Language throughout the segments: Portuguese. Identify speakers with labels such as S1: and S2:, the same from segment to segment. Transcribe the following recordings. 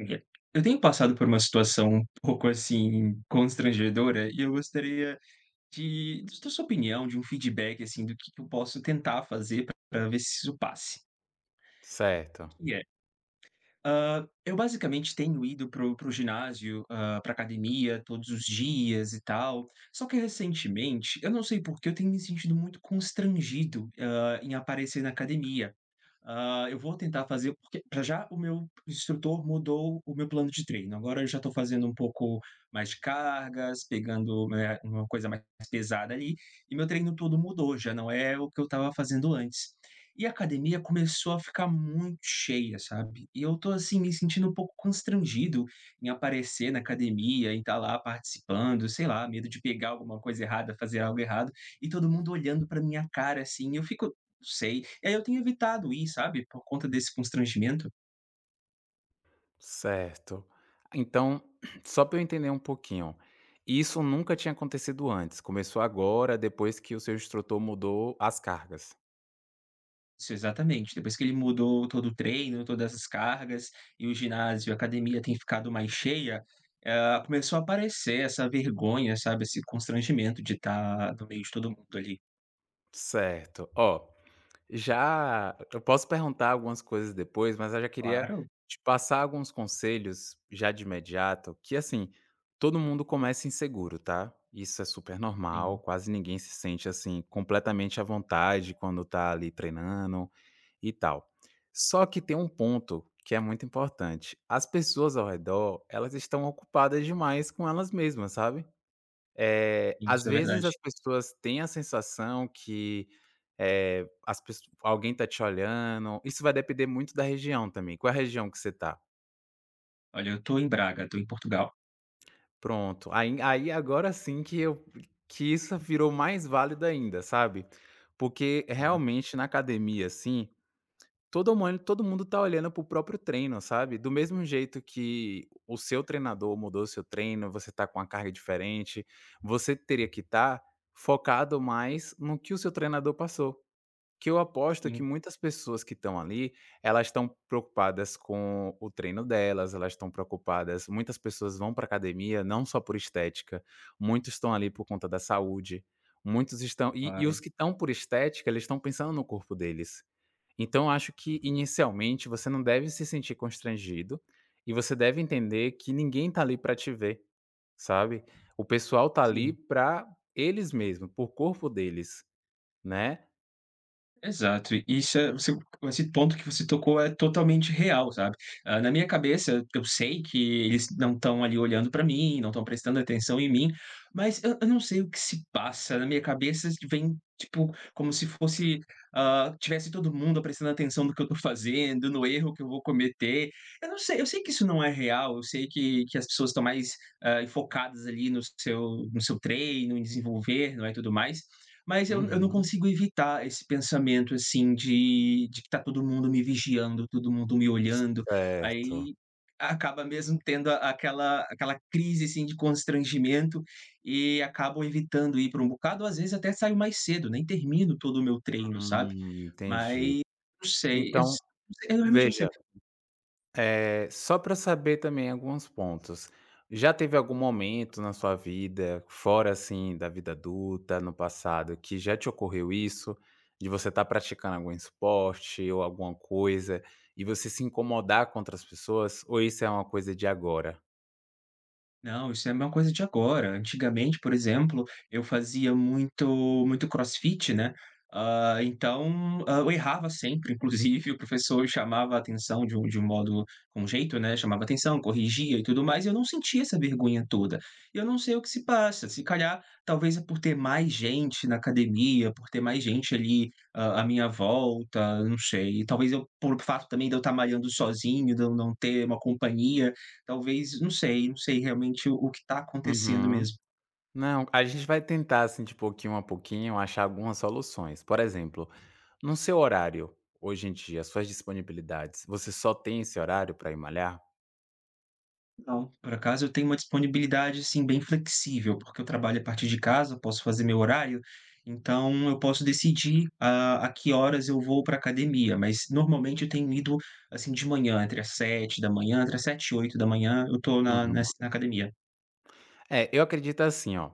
S1: Olha, eu tenho passado por uma situação um pouco, assim, constrangedora e eu gostaria de da sua opinião, de um feedback, assim, do que eu posso tentar fazer para ver se isso passe.
S2: Certo,
S1: Que é, eu basicamente tenho ido pro ginásio, pra academia todos os dias e tal, só que recentemente, eu não sei por que eu tenho me sentido muito constrangido, em aparecer na academia. Ah, eu vou tentar fazer porque pra já o meu instrutor mudou o meu plano de treino, agora eu já estou fazendo um pouco mais de cargas, pegando, né, uma coisa mais pesada ali, e meu treino todo mudou, já não é o que eu estava fazendo antes. E a academia começou a ficar muito cheia, sabe. E eu tô, assim, me sentindo um pouco constrangido em aparecer na academia, em estar lá participando, sei lá, medo de pegar alguma coisa errada, fazer algo errado, e todo mundo olhando pra minha cara, assim, eu fico. Sei. E aí eu tenho evitado ir, sabe, por conta desse constrangimento.
S2: certo. Então, só para eu entender um pouquinho, isso nunca tinha acontecido antes, começou agora, depois que o seu instrutor mudou as cargas?
S1: Isso, exatamente. Depois que ele mudou todo o treino, todas as cargas, e o ginásio, a academia tem ficado mais cheia, ah, começou a aparecer essa vergonha, sabe, esse constrangimento de estar no meio de todo mundo ali.
S2: Certo. Ó, já eu posso perguntar algumas coisas depois, mas eu já queria
S1: Claro,
S2: te passar alguns conselhos já de imediato, que assim, todo mundo começa inseguro, tá? Isso é super normal,
S1: sim,
S2: quase ninguém se sente assim completamente à vontade quando tá ali treinando e tal. Só que tem um ponto que é muito importante. As pessoas ao redor, elas estão ocupadas demais com elas mesmas, sabe.
S1: sim,
S2: Às
S1: isso é
S2: vezes as
S1: verdade.
S2: pessoas têm a sensação que, as pesso alguém tá te olhando. Isso vai depender muito da região também. Qual é a região que você tá?
S1: Olha, eu tô em Braga, tô em Portugal,
S2: Pronto, aí agora sim que eu que isso virou mais válido ainda, sabe. Porque
S1: tá?
S2: realmente na academia, assim, todo mundo tá olhando pro próprio treino, sabe. Do mesmo jeito que o seu treinador mudou o seu treino, você tá com uma carga diferente, você teria que estar focado mais no que o seu treinador passou. Que eu aposto que
S1: Sim,
S2: muitas pessoas que estão ali, elas estão preocupadas com o treino delas, elas estão preocupadas muitas pessoas vão para academia não só por estética, muitos estão ali por conta da saúde, muitos estão e
S1: claro.
S2: os que estão por estética, eles estão pensando no corpo deles. Então, eu acho que inicialmente você não deve se sentir constrangido e você deve entender que ninguém tá ali pra te ver, sabe. O pessoal tá ali
S1: Sim.
S2: pra eles mesmos, por corpo deles, né.
S1: Exato, e isso é você esse ponto que você tocou é totalmente real, sabe. Ah, na minha cabeça, eu sei que eles não estão ali olhando para mim, não estão prestando atenção em mim, mas eu não sei o que se passa, na minha cabeça vem, tipo, como se fosse, ah, tivesse todo mundo prestando atenção no que eu tô fazendo, no erro que eu vou cometer. Eu não sei, eu sei que isso não é real, eu sei que as pessoas estão mais, ah, focadas ali no seu treino, em desenvolver, não é, e tudo mais, mas eu não
S2: Uhum.
S1: consigo evitar esse pensamento, assim, de que tá todo mundo me vigiando, todo mundo me olhando,
S2: Certo.
S1: aí acaba mesmo tendo a aquela aquela crise, assim, de constrangimento e acabo evitando ir para um bocado, às vezes até saio mais cedo, nem termino todo o meu treino, sabe.
S2: Entendi.
S1: Mas não sei,
S2: Então,
S1: eu realmente não sei.
S2: veja, é só para saber também alguns pontos. Já teve algum momento na sua vida, fora assim da vida adulta, no passado, que já te ocorreu isso? De você estar praticando algum esporte ou alguma coisa e você se incomodar com outras pessoas? Ou isso é uma coisa de agora?
S1: Não, isso é uma coisa de agora. Antigamente, por exemplo, eu fazia muito muito crossfit, né, então, eu errava sempre, inclusive o professor chamava a atenção de um modo com jeito, né, chamava atenção, corrigia e tudo mais, e eu não sentia essa vergonha toda. E eu não sei o que se passa, se calhar, talvez é por ter mais gente na academia, por ter mais gente ali, à minha volta, não sei. E talvez eu por fato também de eu estar malhando sozinho, de eu não ter uma companhia, talvez, não sei, não sei realmente o que está acontecendo
S2: Uhum.
S1: mesmo.
S2: Não, a gente vai tentar assim de pouquinho a pouquinho achar algumas soluções. Por exemplo, no seu horário, hoje em dia, suas disponibilidades, você só tem esse horário para ir malhar?
S1: Não, por acaso eu tenho uma disponibilidade, assim, bem flexível, porque eu trabalho a partir de casa, posso fazer meu horário, então eu posso decidir a que horas eu vou para academia, mas normalmente eu tenho ido, assim, de manhã, entre as sete e oito da manhã eu tô na
S2: Uhum.
S1: ness na academia.
S2: É, eu acredito assim, ó.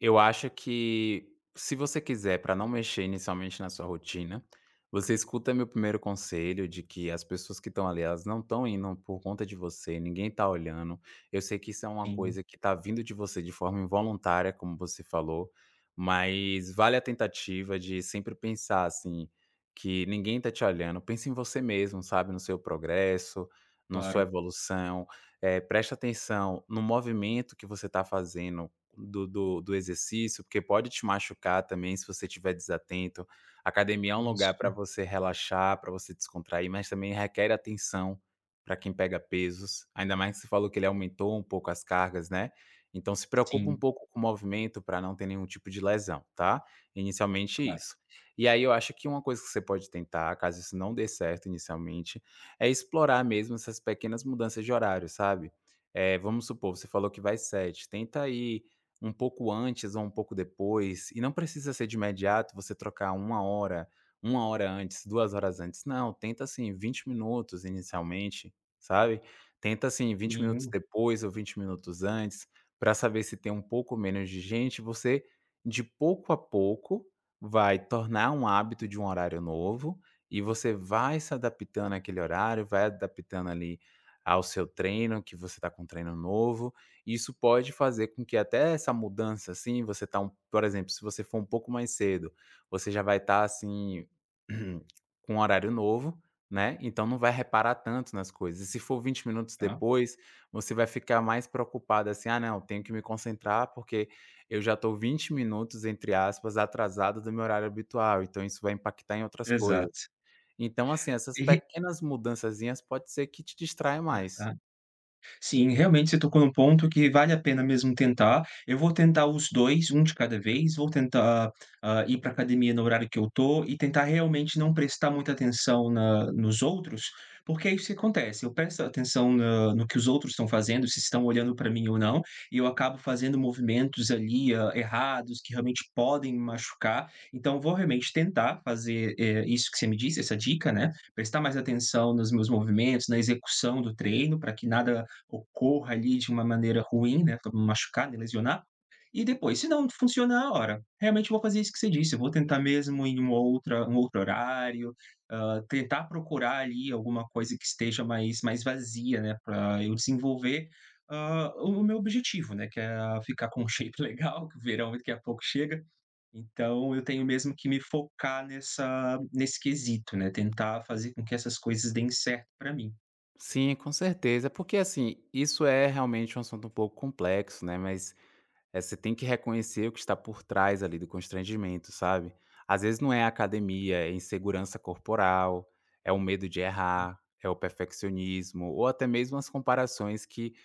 S2: Eu acho que se você quiser, para não mexer inicialmente na sua rotina, você escuta meu primeiro conselho de que as pessoas que estão ali, elas não estão indo por conta de você, ninguém tá olhando. Eu sei que isso é uma
S1: Sim,
S2: coisa que tá vindo de você de forma involuntária, como você falou, mas vale a tentativa de sempre pensar assim, que ninguém tá te olhando. Pense em você mesmo, sabe, no seu progresso, na sua
S1: claro.
S2: evolução. Presta atenção no movimento que você está fazendo do exercício, porque pode te machucar também se você estiver desatento. A academia é um lugar
S1: Isso.
S2: para você relaxar, para você descontrair, mas também requer atenção para quem pega pesos, ainda mais que você falou que ele aumentou um pouco as cargas, né. Então se preocupa um
S1: Sim,
S2: pouco com o movimento para não ter nenhum tipo de lesão, tá. Inicialmente
S1: claro.
S2: isso. E aí eu acho que uma coisa que você pode tentar, caso isso não dê certo inicialmente, é explorar mesmo essas pequenas mudanças de horário, sabe. Vamos supor, você falou que vai sete, tenta ir um pouco antes ou um pouco depois, e não precisa ser de imediato você trocar uma hora antes, 2 horas antes, não, tenta assim 20 minutos inicialmente, sabe. Tenta assim vinte minutos
S1: Sim,
S2: depois ou 20 minutos antes, para saber se tem um pouco menos de gente, você de pouco a pouco vai tornar um hábito de um horário novo, e você vai se adaptando àquele horário, vai adaptando ali ao seu treino, que você está com um treino novo. E isso pode fazer com que até essa mudança, assim, você tá um por exemplo, se você for um pouco mais cedo, você já vai estar, assim, com um horário novo, né, então não vai reparar tanto nas coisas. E se for 20 minutos
S1: tá.
S2: depois, você vai ficar mais preocupado, assim: "Ah, não, tenho que me concentrar, porque eu já estou 20 minutos, entre aspas, atrasado do meu horário habitual, então isso vai impactar em outras coisas".
S1: Exato.
S2: Então, assim, essas pequenas mudançazinhas pode ser que te distraia mais.
S1: Sim, realmente você tocou num ponto que vale a pena mesmo tentar. Eu vou tentar os 2 um de cada vez, vou tentar, ah, ir para academia no horário que eu tô e tentar realmente não prestar muita atenção na nos outros, porque é isso que acontece, eu presto atenção na no que os outros estão fazendo, se estão olhando para mim ou não, e eu acabo fazendo movimentos ali, errados que realmente podem me machucar. Então eu vou realmente tentar fazer, isso que você me disse, essa dica, né, prestar mais atenção nos meus movimentos, na execução do treino, para que nada ocorra ali de uma maneira ruim, né, para me machucar, me lesionar. E depois, se não funcionar, ora, realmente vou fazer isso que você disse, eu vou tentar mesmo em uma outra um outro horário, tentar procurar ali alguma coisa que esteja mais vazia, né, para eu desenvolver, o meu objetivo, né, que é ficar com um shape legal, que o verão daqui a pouco chega. Então eu tenho mesmo que me focar nessa nesse quesito, né, tentar fazer com que essas coisas deem certo para mim.
S2: Sim, com certeza, porque, assim, isso é realmente um assunto um pouco complexo, né, mas, você tem que reconhecer o que está por trás ali do constrangimento, sabe. Às vezes não é a academia, é insegurança corporal, é o medo de
S1: Então,
S2: errar, é o perfeccionismo ou até mesmo as comparações que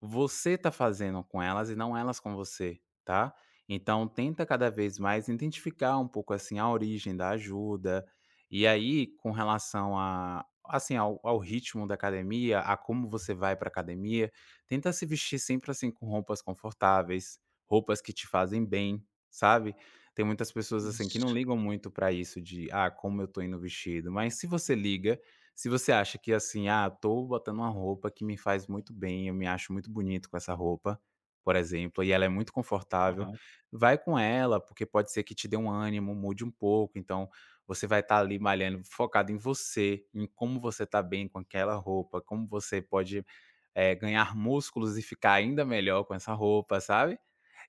S2: você tá fazendo com elas e não elas com você, tá? Então tenta cada vez mais identificar um pouco, assim, a origem da ajuda. E aí, com relação a assim, ao ritmo da academia, a como você vai para academia, tenta se vestir sempre, assim, com roupas confortáveis, roupas que te fazem bem, sabe? Tem muitas pessoas,
S1: é
S2: assim, que não
S1: isso.
S2: ligam muito para isso de: "Ah, como eu tô indo vestido", mas se você liga, se você acha que assim, ah, tô botando uma roupa que me faz muito bem, eu me acho muito bonito com essa roupa, por exemplo, e ela é muito confortável, vai com ela, porque pode ser que te dê um ânimo, mude um pouco, então você vai estar ali malhando, focado em você, em como você tá bem com aquela roupa, como você pode ganhar músculos e ficar ainda melhor com essa roupa, sabe?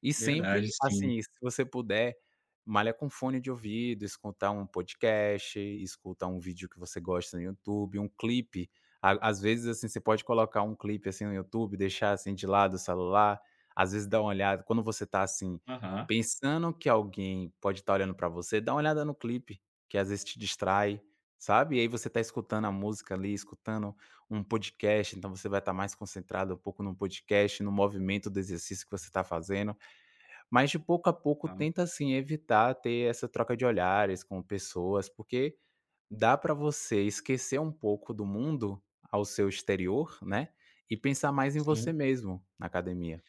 S2: E
S1: Verdade,
S2: sempre,
S1: sim.
S2: assim, se você puder, malha com fone de ouvido, escutar um podcast, escutar um vídeo que você gosta no YouTube, um clipe. A às vezes, assim, você pode colocar um clipe, assim, no YouTube, deixar, assim, de lado o celular, às vezes dá uma olhada quando você tá, assim,
S1: Aham,
S2: pensando que alguém pode estar olhando pra você, dá uma olhada no clipe, que às vezes te distrai, sabe. E aí você tá escutando a música ali, escutando um podcast, então você vai estar mais concentrado um pouco no podcast, no movimento do exercício que você está fazendo. Mas de pouco a pouco
S1: aham.
S2: tenta, assim, evitar ter essa troca de olhares com pessoas, porque dá para você esquecer um pouco do mundo ao seu exterior, né, e pensar mais em você
S1: Sim,
S2: mesmo na academia.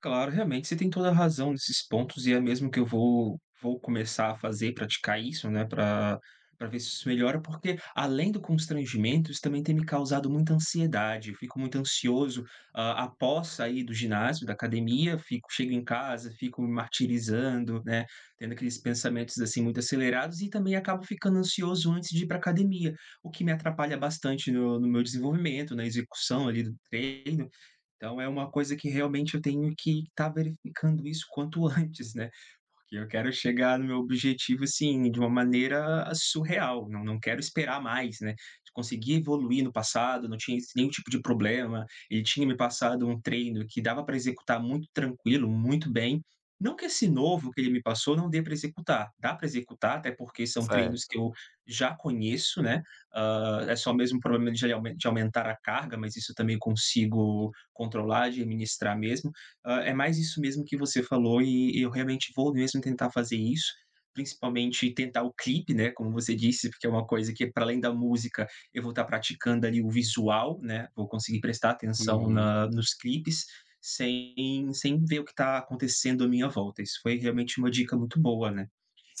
S1: claro, realmente você tem toda a razão nesses pontos e é mesmo que eu vou começar a fazer e praticar isso, né, para ver se isso melhora, porque além do constrangimento, isso também tem me causado muita ansiedade, eu fico muito ansioso, após sair do ginásio, da academia, fico chego em casa, fico me martirizando, né, tendo aqueles pensamentos, assim, muito acelerados e também acabo ficando ansioso antes de ir para academia, o que me atrapalha bastante no meu desenvolvimento, na execução ali do treino, então é uma coisa que realmente eu tenho que estar verificando isso quanto antes, né, porque eu quero chegar no meu objetivo, assim, de uma maneira surreal, não quero esperar mais, né, consegui evoluir no passado, não tinha esse nenhum tipo de problema, ele tinha me passado um treino que dava para executar muito tranquilo, muito bem, não que esse novo que ele me passou não dê para executar, dá para executar, até porque são treinos que
S2: Certo.
S1: eu já conheço, né, é só mesmo o problema de aumentar a carga, mas isso eu também consigo controlar, de administrar mesmo. É mais isso mesmo que você falou e eu realmente vou mesmo tentar fazer isso, principalmente tentar o clipe, né, como você disse, porque é uma coisa que para além da música, eu vou estar praticando ali o visual, né, vou conseguir prestar atenção
S2: Uhum.
S1: na nos clipes, sem ver o que está acontecendo à minha volta. Isso foi realmente uma dica muito boa, né.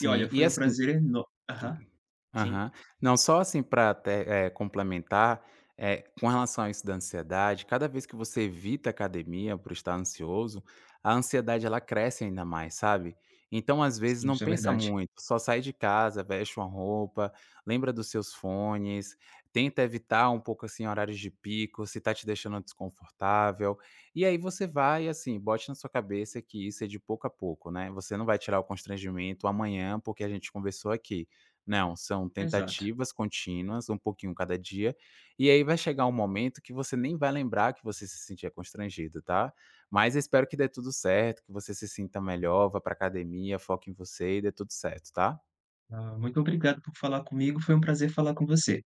S1: E olha,
S2: e
S1: foi um
S2: assim
S1: prazer eno aham, sim,
S2: Aham. Não, só assim para até, complementar, com relação a isso da ansiedade, cada vez que você evita a academia por estar ansioso, a ansiedade ela cresce ainda mais, sabe. Então, às vezes,
S1: sim,
S2: não
S1: isso é
S2: pensa
S1: verdade.
S2: muito, só sai de casa, veste uma roupa, lembra dos seus fones, tenta evitar um pouco, assim, horários de pico, se tá te deixando desconfortável. E aí você vai, assim, bote na sua cabeça que isso é de pouco a pouco, né. Você não vai tirar o constrangimento amanhã porque a gente conversou aqui. Não, são
S1: Exato.
S2: tentativas contínuas, um pouquinho cada dia, e aí vai chegar um momento que você nem vai lembrar que você se sentia constrangido, tá? Mas eu espero que dê tudo certo, que você se sinta melhor, vá pra academia, foque em você e dê tudo certo, tá?
S1: Muito obrigado por falar comigo, foi um prazer falar com você.